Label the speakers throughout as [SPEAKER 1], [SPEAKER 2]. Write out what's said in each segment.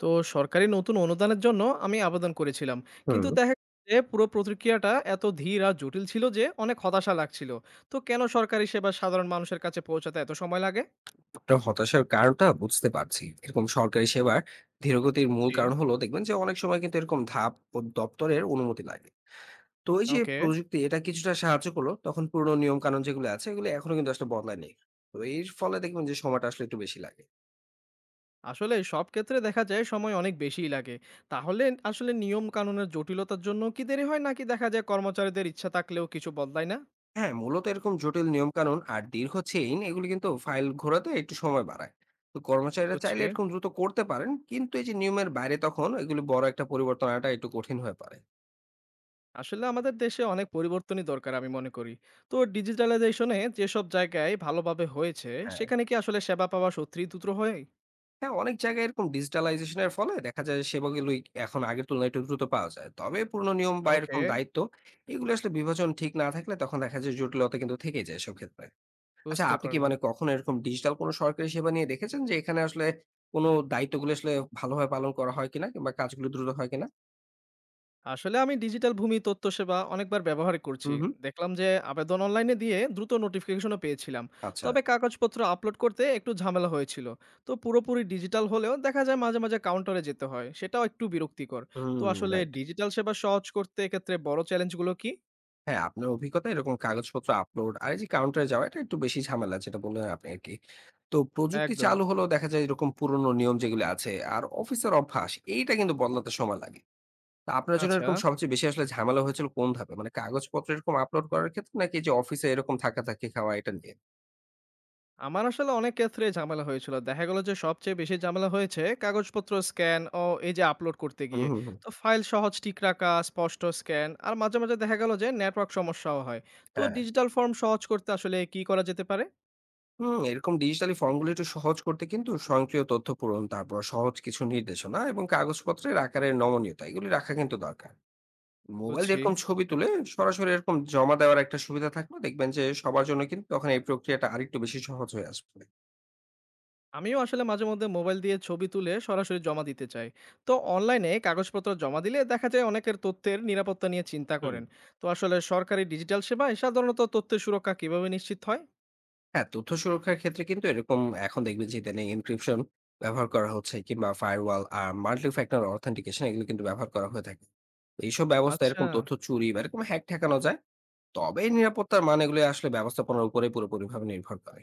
[SPEAKER 1] তো সরকারি নতুন অনুদানের জন্য আমি আবেদন করেছিলাম, কিন্তু
[SPEAKER 2] হুম,
[SPEAKER 1] দেখা গেছে যে পুরো প্রতিক্রিয়াটা এত ধীর আর জটিল ছিল যে অনেক হতাশা লাগছিল। তো কেন সরকারি সেবা সাধারণ মানুষের কাছে পৌঁছাতে এত সময় লাগে?
[SPEAKER 2] আপনার হতাশার কারণটা বুঝতে পারছি। এরকম সরকারি সেবার ধীরগতির মূল
[SPEAKER 1] জি।
[SPEAKER 2] কারণ হলো দেখবেন যে অনেক সময় কিন্তু এরকম ধাপ ও দপ্তরের অনুমতি লাগে। তো এই যে
[SPEAKER 1] ওকে।
[SPEAKER 2] প্রযুক্তি এটা কিছুটা সাহায্য করলো, তখন পুরনো নিয়ম কানুন যেগুলো আছে এগুলো এখনো কিন্তু আসলে বদলায়নি। তো এর ফলে দেখবেন যে সময়টা আসলে একটু বেশি লাগে।
[SPEAKER 1] আসলে সব ক্ষেত্রে দেখা যায় সময় অনেক বেশিই লাগে। তাহলে আসলে নিয়ম কানুনের জটিলতার জন্য কি দেরি হয়, নাকি দেখা যায় কর্মচারীদের ইচ্ছা থাকলেও কিছু বদলায় না?
[SPEAKER 2] হ্যাঁ, মূলত এরকম জটিল নিয়ম কানুন আর দীর্ঘ চেইন এগুলো কিন্তু ফাইল ঘোরাতে একটু সময় বাড়ায়। তো কর্মচারীরা
[SPEAKER 1] বুঝছি।
[SPEAKER 2] চাইলে এরকম দ্রুত করতে পারেন, কিন্তু এই যে নিয়মের বাইরে তখন এগুলো বড় একটা পরিবর্তন আনাটা একটু কঠিন হয়ে পড়ে।
[SPEAKER 1] আসলে আমাদের দেশে অনেক পরিবর্তনই দরকার আমি মনে করি। তো ডিজিটালাইজেশনে যেসব জায়গায় ভালোভাবে হয়েছে
[SPEAKER 2] হ্যাঁ।
[SPEAKER 1] সেখানে কি আসলে সেবা পাওয়া সত্যিই দ্রুত হয়?
[SPEAKER 2] হ্যাঁ, অনেক জায়গায় এরকম ডিজিটালাইজেশন এর ফলে দেখা যায় সেবাগুলোই এখন আগের তুলনায় একটু দ্রুত পাওয়া যায়। তবে পুরনো নিয়ম বা
[SPEAKER 1] ওকে।
[SPEAKER 2] এরকম দায়িত্ব এগুলো আসলে বিভাজন ঠিক না থাকলে তখন দেখা যায় জটিলতা কিন্তু থেকেই যায় এসব ক্ষেত্রে। আচ্ছা,
[SPEAKER 1] বুঝতে
[SPEAKER 2] আপনি কি
[SPEAKER 1] পারলাম।
[SPEAKER 2] মানে কখনো এরকম ডিজিটাল কোনো সরকারি সেবা নিয়ে দেখেছেন যে এখানে আসলে কোনো দায়িত্বগুলো আসলে ভালোভাবে পালন করা হয় কিনা কিংবা কাজগুলো দ্রুত হয় কিনা?
[SPEAKER 1] আসলে আমি ডিজিটাল ভূমি তথ্য সেবা অনেকবার ব্যবহার
[SPEAKER 2] হু,
[SPEAKER 1] করছি।
[SPEAKER 2] হু।
[SPEAKER 1] দেখলাম যে আবেদন অনলাইনে দিয়ে দ্রুত নোটিফিকেশনও পেয়েছিলাম।
[SPEAKER 2] আচ্ছা।
[SPEAKER 1] তবে কাগজপত্র আপলোড করতে একটু ঝামেলা হয়েছিল। তো পুরোপুরি ডিজিটাল হলেও দেখা যায় মাঝে মাঝে কাউন্টারে যেতে হয়, সেটাও একটু বিরক্তিকর। তো
[SPEAKER 2] হুম,
[SPEAKER 1] আসলে
[SPEAKER 2] রাইট।
[SPEAKER 1] ডিজিটাল সেবা সহজ করতে এক্ষেত্রে বড় চ্যালেঞ্জগুলো কি?
[SPEAKER 2] হ্যাঁ, আপনার অভিজ্ঞতায় এরকম কাগজপত্র আপলোড আর এই যে কাউন্টারে যাওয়া এটা একটু বেশি ঝামেলা যেটা বললেন আপনি আরকি। তো প্রযুক্তি
[SPEAKER 1] একদম।
[SPEAKER 2] চালু হলেও দেখা যায় এরকম পুরনো নিয়ম যেগুলো আছে আর অফিসের অভ্যাস এইটা কিন্তু বদলাতে সময় লাগে। তো আপনার জন্য
[SPEAKER 1] আচ্ছা,
[SPEAKER 2] এরকম সবচেয়ে বেশি আসলে ঝামেলা হয়েছিল কোন ধাপে? মানে কাগজপত্র এরকম আপলোড করার ক্ষেত্রে নাকি এই যে অফিসে এরকম ধাক্কাধাক্কি খাওয়া এটা নিয়ে?
[SPEAKER 1] আমার আসলে অনেক ক্ষেত্রে ঝামেলা হয়েছিল। দেখা গেল যে সবচেয়ে বেশি ঝামেলা হয়েছে কাগজপত্র স্ক্যান ও এই যে আপলোড করতে
[SPEAKER 2] হুম,
[SPEAKER 1] গিয়ে।
[SPEAKER 2] হুম, হুম।
[SPEAKER 1] তো ফাইল সহজ ঠিক রাখা, স্পষ্ট স্ক্যান আর মাঝে মাঝে দেখা গেল যে নেটওয়ার্ক সমস্যাও হয়। তো
[SPEAKER 2] হ্যাঁ।
[SPEAKER 1] ডিজিটাল ফর্ম সহজ করতে আসলে কি করা যেতে পারে?
[SPEAKER 2] এরকম ডিজিটালি ফর্মগুলো একটু সহজ করতে কিন্তু স্বয়ংক্রিয় তথ্য পূরণ, তারপর সহজ কিছু নির্দেশনা এবং কাগজপত্রের আকারের নমনীয়তা এগুলি রাখা কিন্তু দরকার। মোবাইল দিয়ে
[SPEAKER 1] বুঝছি।
[SPEAKER 2] এরকম ছবি তুলে সরাসরি এরকম জমা দেওয়ার একটা সুবিধা থাকলে দেখবেন যে সবার জন্য কিন্তু তখন এই প্রক্রিয়াটা আরেকটু বেশি সহজ হয়ে আসবে।
[SPEAKER 1] আমিও আসলে মাঝে মধ্যে মোবাইল দিয়ে ছবি তুলে সরাসরি জমা দিতে চাই। তো অনলাইনে কাগজপত্র জমা দিলে দেখা যায় অনেকের তথ্যের নিরাপত্তা নিয়ে চিন্তা
[SPEAKER 2] হুম।
[SPEAKER 1] করেন। তো আসলে সরকারি ডিজিটাল সেবায় সাধারণত তথ্যের সুরক্ষা কিভাবে নিশ্চিত হয়?
[SPEAKER 2] হ্যাঁ, তথ্য সুরক্ষার ক্ষেত্রে কিন্তু এরকম এখন দেখবেন যে ইদানিং এনক্রিপশন ব্যবহার করা হচ্ছে কিংবা ফায়ারওয়াল আর মাল্টি ফ্যাক্টর অথেন্টিকেশন এগুলো কিন্তু ব্যবহার করা হয়ে থাকে। এইসব ব্যবস্থা
[SPEAKER 1] আচ্ছা।
[SPEAKER 2] এরকম তথ্য চুরি বা এরকম হ্যাক ঠেকানো যায়। তবে নিরাপত্তার মান এগুলো আসলে ব্যবস্থাপনার উপরে পুরোপুরিভাবে নির্ভর করে।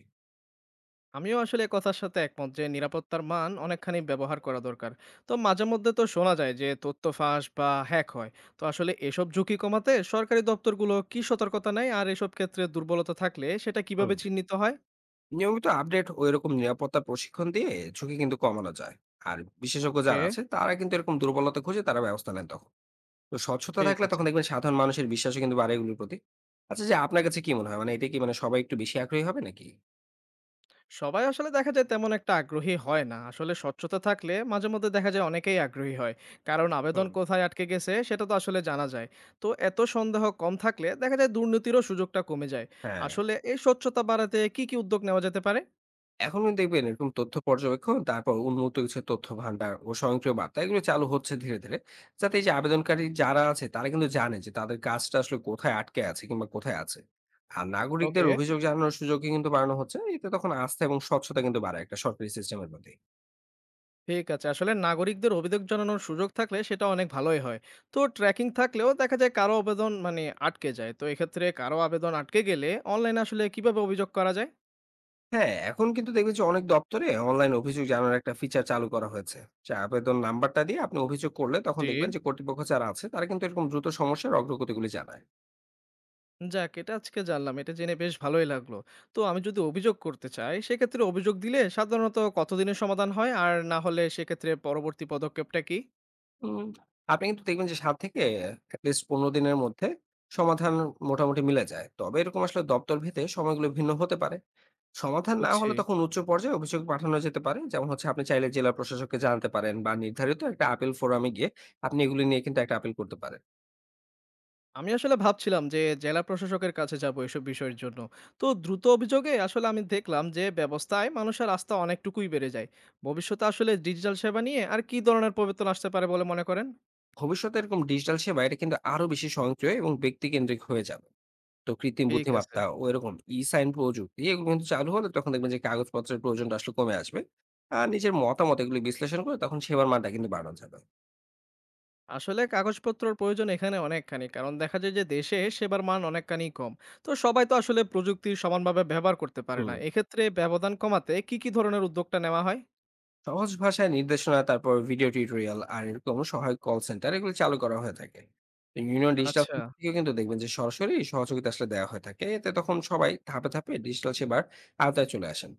[SPEAKER 1] আমিও আসলে এ কথার সাথে একমত যে নিরাপত্তার মান অনেকখানি ব্যবহার করা দরকার। তো মাঝে মধ্যে তো শোনা যায় যে তথ্য ফাঁস বা হ্যাক হয়। তো আসলে এসব ঝুঁকি কমাতে সরকারি দপ্তরগুলো কি সতর্কতা নেয়, আর এসব ক্ষেত্রে দুর্বলতা থাকলে সেটা কিভাবে
[SPEAKER 2] হুম।
[SPEAKER 1] চিহ্নিত হয়?
[SPEAKER 2] নিয়মিত আপডেট ও এরকম নিরাপত্তা প্রশিক্ষণ দিয়ে ঝুঁকি কিন্তু কমানো যায়। আর বিশেষজ্ঞ
[SPEAKER 1] ওকে।
[SPEAKER 2] যারা আছে তারা কিন্তু এরকম দুর্বলতা খুঁজে তারা ব্যবস্থা নেন তখন। তো স্বচ্ছতা
[SPEAKER 1] ঠিক
[SPEAKER 2] থাকলে
[SPEAKER 1] আছে।
[SPEAKER 2] তখন দেখবেন সাধারণ মানুষের বিশ্বাসও কিন্তু বাড়ে এগুলোর প্রতি। আচ্ছা, যে আপনার কাছে কি মনে হয় মানে এটা কি মানে সবাই একটু বেশি আগ্রহী হবে নাকি?
[SPEAKER 1] সবাই আসলে দেখা যায় তেমন একটা আগ্রহী হয় না, আসলে স্বচ্ছতা থাকলে মাঝে মধ্যে দেখা যায় অনেকেই আগ্রহী হয়। কারণ আবেদন
[SPEAKER 2] হুম
[SPEAKER 1] কোথায় আটকে গেছে সেটা তো আসলে জানা যায়। তো এত সন্দেহ কম থাকলে দেখা যায় দুর্নীতিরও সুযোগটা কমে যায়।
[SPEAKER 2] হ্যাঁ,
[SPEAKER 1] আসলে এই স্বচ্ছতা বাড়াতে কি কি উদ্যোগ নেওয়া যেতে পারে?
[SPEAKER 2] এখনো দেখবেন এরকম তথ্য পর্যবেক্ষণ, তারপর উন্মুক্ত কিছু তথ্য ভান্ডার ও স্বয়ংক্রিয় বার্তা এগুলো চালু হচ্ছে ধীরে, ধীরে। যাতে এই যে আবেদনকারী যারা আছে তারা কিন্তু জানে যে তাদের কাজটা আসলে কোথায় আটকে আছে কিংবা কোথায় আছে। আর নাগরিকদের
[SPEAKER 1] ওকে।
[SPEAKER 2] অভিযোগ জানানোর সুযোগই কিন্তু বাড়ানো হচ্ছে। এতে তখন আস্থা এবং স্বচ্ছতা কিন্তু বাড়ে একটা সরকারি সিস্টেমের প্রতি।
[SPEAKER 1] ঠিক আছে, আসলে নাগরিকদের অভিযোগ জানানোর সুযোগ থাকলে সেটা অনেক ভালোই হয়। তো ট্র্যাকিং থাকলেও দেখা যায় কারো আবেদন মানে আটকে যায়, তো এক্ষেত্রে কারো আবেদন আটকে গেলে অনলাইনে আসলে কিভাবে অভিযোগ করা যায়?
[SPEAKER 2] হ্যাঁ, এখন কিন্তু দেখবেন যে অনেক দপ্তরে অনলাইন অভিযোগ জানানোর একটা ফিচার চালু করা হয়েছে। যে আবেদন নাম্বারটা দিয়ে আপনি অভিযোগ করলে তখন
[SPEAKER 1] জি।
[SPEAKER 2] দেখবেন যে কর্তৃপক্ষ যারা আছে তারা কিন্তু এরকম দ্রুত সমস্যার অগ্রগতিগুলি জানায়।
[SPEAKER 1] যাক, এটা আজকে জানলাম। এটা জেনে বেশ ভালোই লাগলো। তো আমি যদি অভিযোগ করতে চাই, সেক্ষেত্রে অভিযোগ দিলে সাধারণত কতদিনে সমাধান হয়? আর না হলে সেক্ষেত্রে পরবর্তী পদক্ষেপটা কি?
[SPEAKER 2] হুম, আপনি কিন্তু দেখবেন যে ৭ থেকে at least ১৫ দিনের মধ্যে সমাধান মোটামুটি মিলে যায়। তবে এরকম আসলে দপ্তর ভেদে সময়গুলো ভিন্ন হতে পারে। সমাধান না
[SPEAKER 1] বুঝছি।
[SPEAKER 2] হলে তখন উচ্চ পর্যায়ে অভিযোগ পাঠানো যেতে পারে। যেমন হচ্ছে আপনি চাইলে জেলা প্রশাসককে জানাতে পারেন বা নির্ধারিত একটা আপিল ফোরামে গিয়ে আপনি এগুলো নিয়ে কিন্তু একটা আপিল করতে পারেন।
[SPEAKER 1] আমি আসলে ভাবছিলাম যে জেলা প্রশাসকের কাছে যাবো এসব বিষয়ের জন্য। তো দ্রুত অভিযোগে আসলে আমি দেখলাম যে ব্যবস্থায় মানুষের আস্থা অনেকটুকুই বেড়ে যায়। ভবিষ্যতে আসলে ডিজিটাল সেবা নিয়ে আর কি ধরনের পরিবর্তন আসতে পারে বলে মনে করেন?
[SPEAKER 2] ভবিষ্যতে এরকম ডিজিটাল সেবা এটা কিন্তু আরো বেশি স্বয়ংক্রিয় এবং ব্যক্তিকেন্দ্রিক হয়ে যাবে। তো কৃত্রিম
[SPEAKER 1] ঠিক আছে।
[SPEAKER 2] বুদ্ধিমত্তা ও এরকম ই-সাইন প্রযুক্তি এগুলো কিন্তু চালু হলে তখন দেখবেন যে কাগজপত্রের প্রয়োজনটা আসলে কমে আসবে। আর নিজের মতামত এগুলো বিশ্লেষণ করে তখন সেবার মানটা কিন্তু বাড়ানো যাবে।
[SPEAKER 1] আসলে কাগজপত্রর প্রয়োজন এখানে অনেকখানি, কারণ দেখা যায় যে দেশে সেবার মান অনেকখানি কম। তো সবাই তো আসলে প্রযুক্তির সমানভাবে ব্যবহার করতে পারে না,
[SPEAKER 2] হুম
[SPEAKER 1] এক্ষেত্রে ব্যবধান কমাতে কি কি ধরনের উদ্যোগটা নেওয়া হয়?
[SPEAKER 2] সহজ ভাষায় নির্দেশনা, তারপর ভিডিও টিউটোরিয়াল আর এরকম সহায়ক কল সেন্টার এগুলো চালু করা হয়ে থাকে। তো ইউনিয়ন ডিজিটাল
[SPEAKER 1] আচ্ছা।
[SPEAKER 2] থেকেও কিন্তু দেখবেন যে সরাসরি সহযোগিতা আসলে দেওয়া হয়ে থাকে। এতে তখন সবাই ধাপে ধাপে ডিজিটাল সেবার আওতায় চলে আসেন।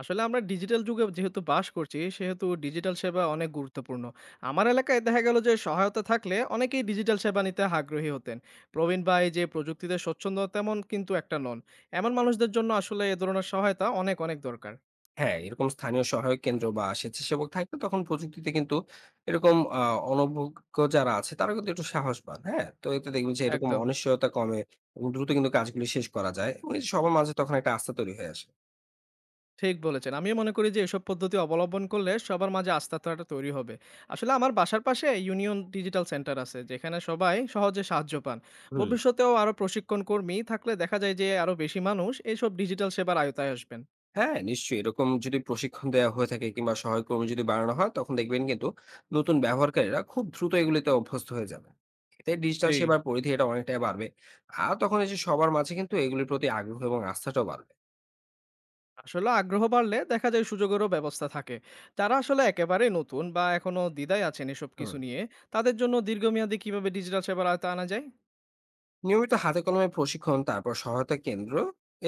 [SPEAKER 1] আসলে আমরা ডিজিটাল যুগে যেহেতু বাস করছি সেহেতু ডিজিটাল সেবা অনেক গুরুত্বপূর্ণ। আমার এলাকায় দেখা গেল যে সহায়তা থাকলে অনেকেই ডিজিটাল সেবা নিতে আগ্রহী হতেন। প্রবীণ বা এই যে প্রযুক্তিতে স্বচ্ছন্দ তেমন কিন্তু একটা নন, এমন মানুষদের জন্য আসলে এ ধরনের সহায়তা অনেক অনেক দরকার।
[SPEAKER 2] হ্যাঁ, এরকম স্থানীয় সহায়ক কেন্দ্র বা স্বেচ্ছাসেবক থাকলে তখন প্রযুক্তিতে কিন্তু এরকম অনভিজ্ঞ যারা আছে তারা কিন্তু একটু সাহস পান। হ্যাঁ? তো এতে দেখবেন যে এরকম
[SPEAKER 1] একদম
[SPEAKER 2] অনিশ্চয়তা কমে এবং দ্রুত কিন্তু কাজগুলি শেষ করা যায় এবং এই যে সবার মাঝে তখন একটা আস্থা তৈরি হয়ে আসে।
[SPEAKER 1] ঠিক বলেছেন। আমিও মনে করি যে এসব পদ্ধতি অবলম্বন করলে সবার মাঝে আস্থাটা তৈরি হবে। আসলে আমার বাসার পাশে ইউনিয়ন ডিজিটাল সেন্টার আছে যেখানে সবাই সহজে সাহায্য পান।
[SPEAKER 2] হুম।
[SPEAKER 1] ভবিষ্যতেও আরো প্রশিক্ষণ কর্মী থাকলে দেখা যায় যে আরো বেশি মানুষ এইসব ডিজিটাল সেবার আয়তায় আসবেন।
[SPEAKER 2] হ্যাঁ, নিশ্চয়ই এরকম যদি প্রশিক্ষণ দেওয়া হয়ে থাকে কিংবা সহায়ক কর্মী যদি বানানো হয় তখন দেখবেন কিন্তু নতুন ব্যবহারকারীরা খুব দ্রুত এগুলিতে অভ্যস্ত হয়ে যাবে। এতে
[SPEAKER 1] জি।
[SPEAKER 2] ডিজিটাল সেবার পরিধি এটা অনেকটাই বাড়বে। আর তখন এই যে সবার মাঝে কিন্তু এগুলির প্রতি আগ্রহ এবং আস্থাটাও বাড়বে।
[SPEAKER 1] আসলে আগ্রহ বাড়লে দেখা যায় সুযোগেরও ব্যবস্থা থাকে। যারা আসলে একেবারে নতুন বা এখনো দ্বিধায় আছেন এসব কিছু
[SPEAKER 2] হুম।
[SPEAKER 1] নিয়ে তাদের জন্য দীর্ঘমেয়াদী কিভাবে ডিজিটাল সেবার আয়তায় আনা যায়?
[SPEAKER 2] নিয়মিত হাতে কলমে প্রশিক্ষণ, তারপর সহায়তা কেন্দ্র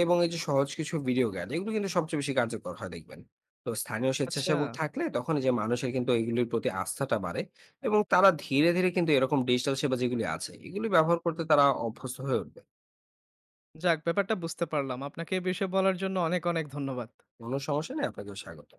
[SPEAKER 2] এবং এই যে সহজ কিছু ভিডিও গাইড এগুলো কিন্তু সবচেয়ে বেশি কার্যকর হয় দেখবেন। তো স্থানীয়
[SPEAKER 1] আচ্ছা,
[SPEAKER 2] স্বেচ্ছাসেবক থাকলে তখন এই যে মানুষের কিন্তু এগুলির প্রতি আস্থাটা বাড়ে এবং তারা ধীরে ধীরে কিন্তু এরকম ডিজিটাল সেবা যেগুলি আছে এগুলি ব্যবহার করতে তারা অভ্যস্ত হয়ে উঠবে।
[SPEAKER 1] যাক ব্যাপারটা বুঝতে পারলাম। আপনাকে এই বিষয়ে বলার জন্য অনেক ধন্যবাদ।
[SPEAKER 2] কোনো সমস্যা নেই, আপনাকেও স্বাগত।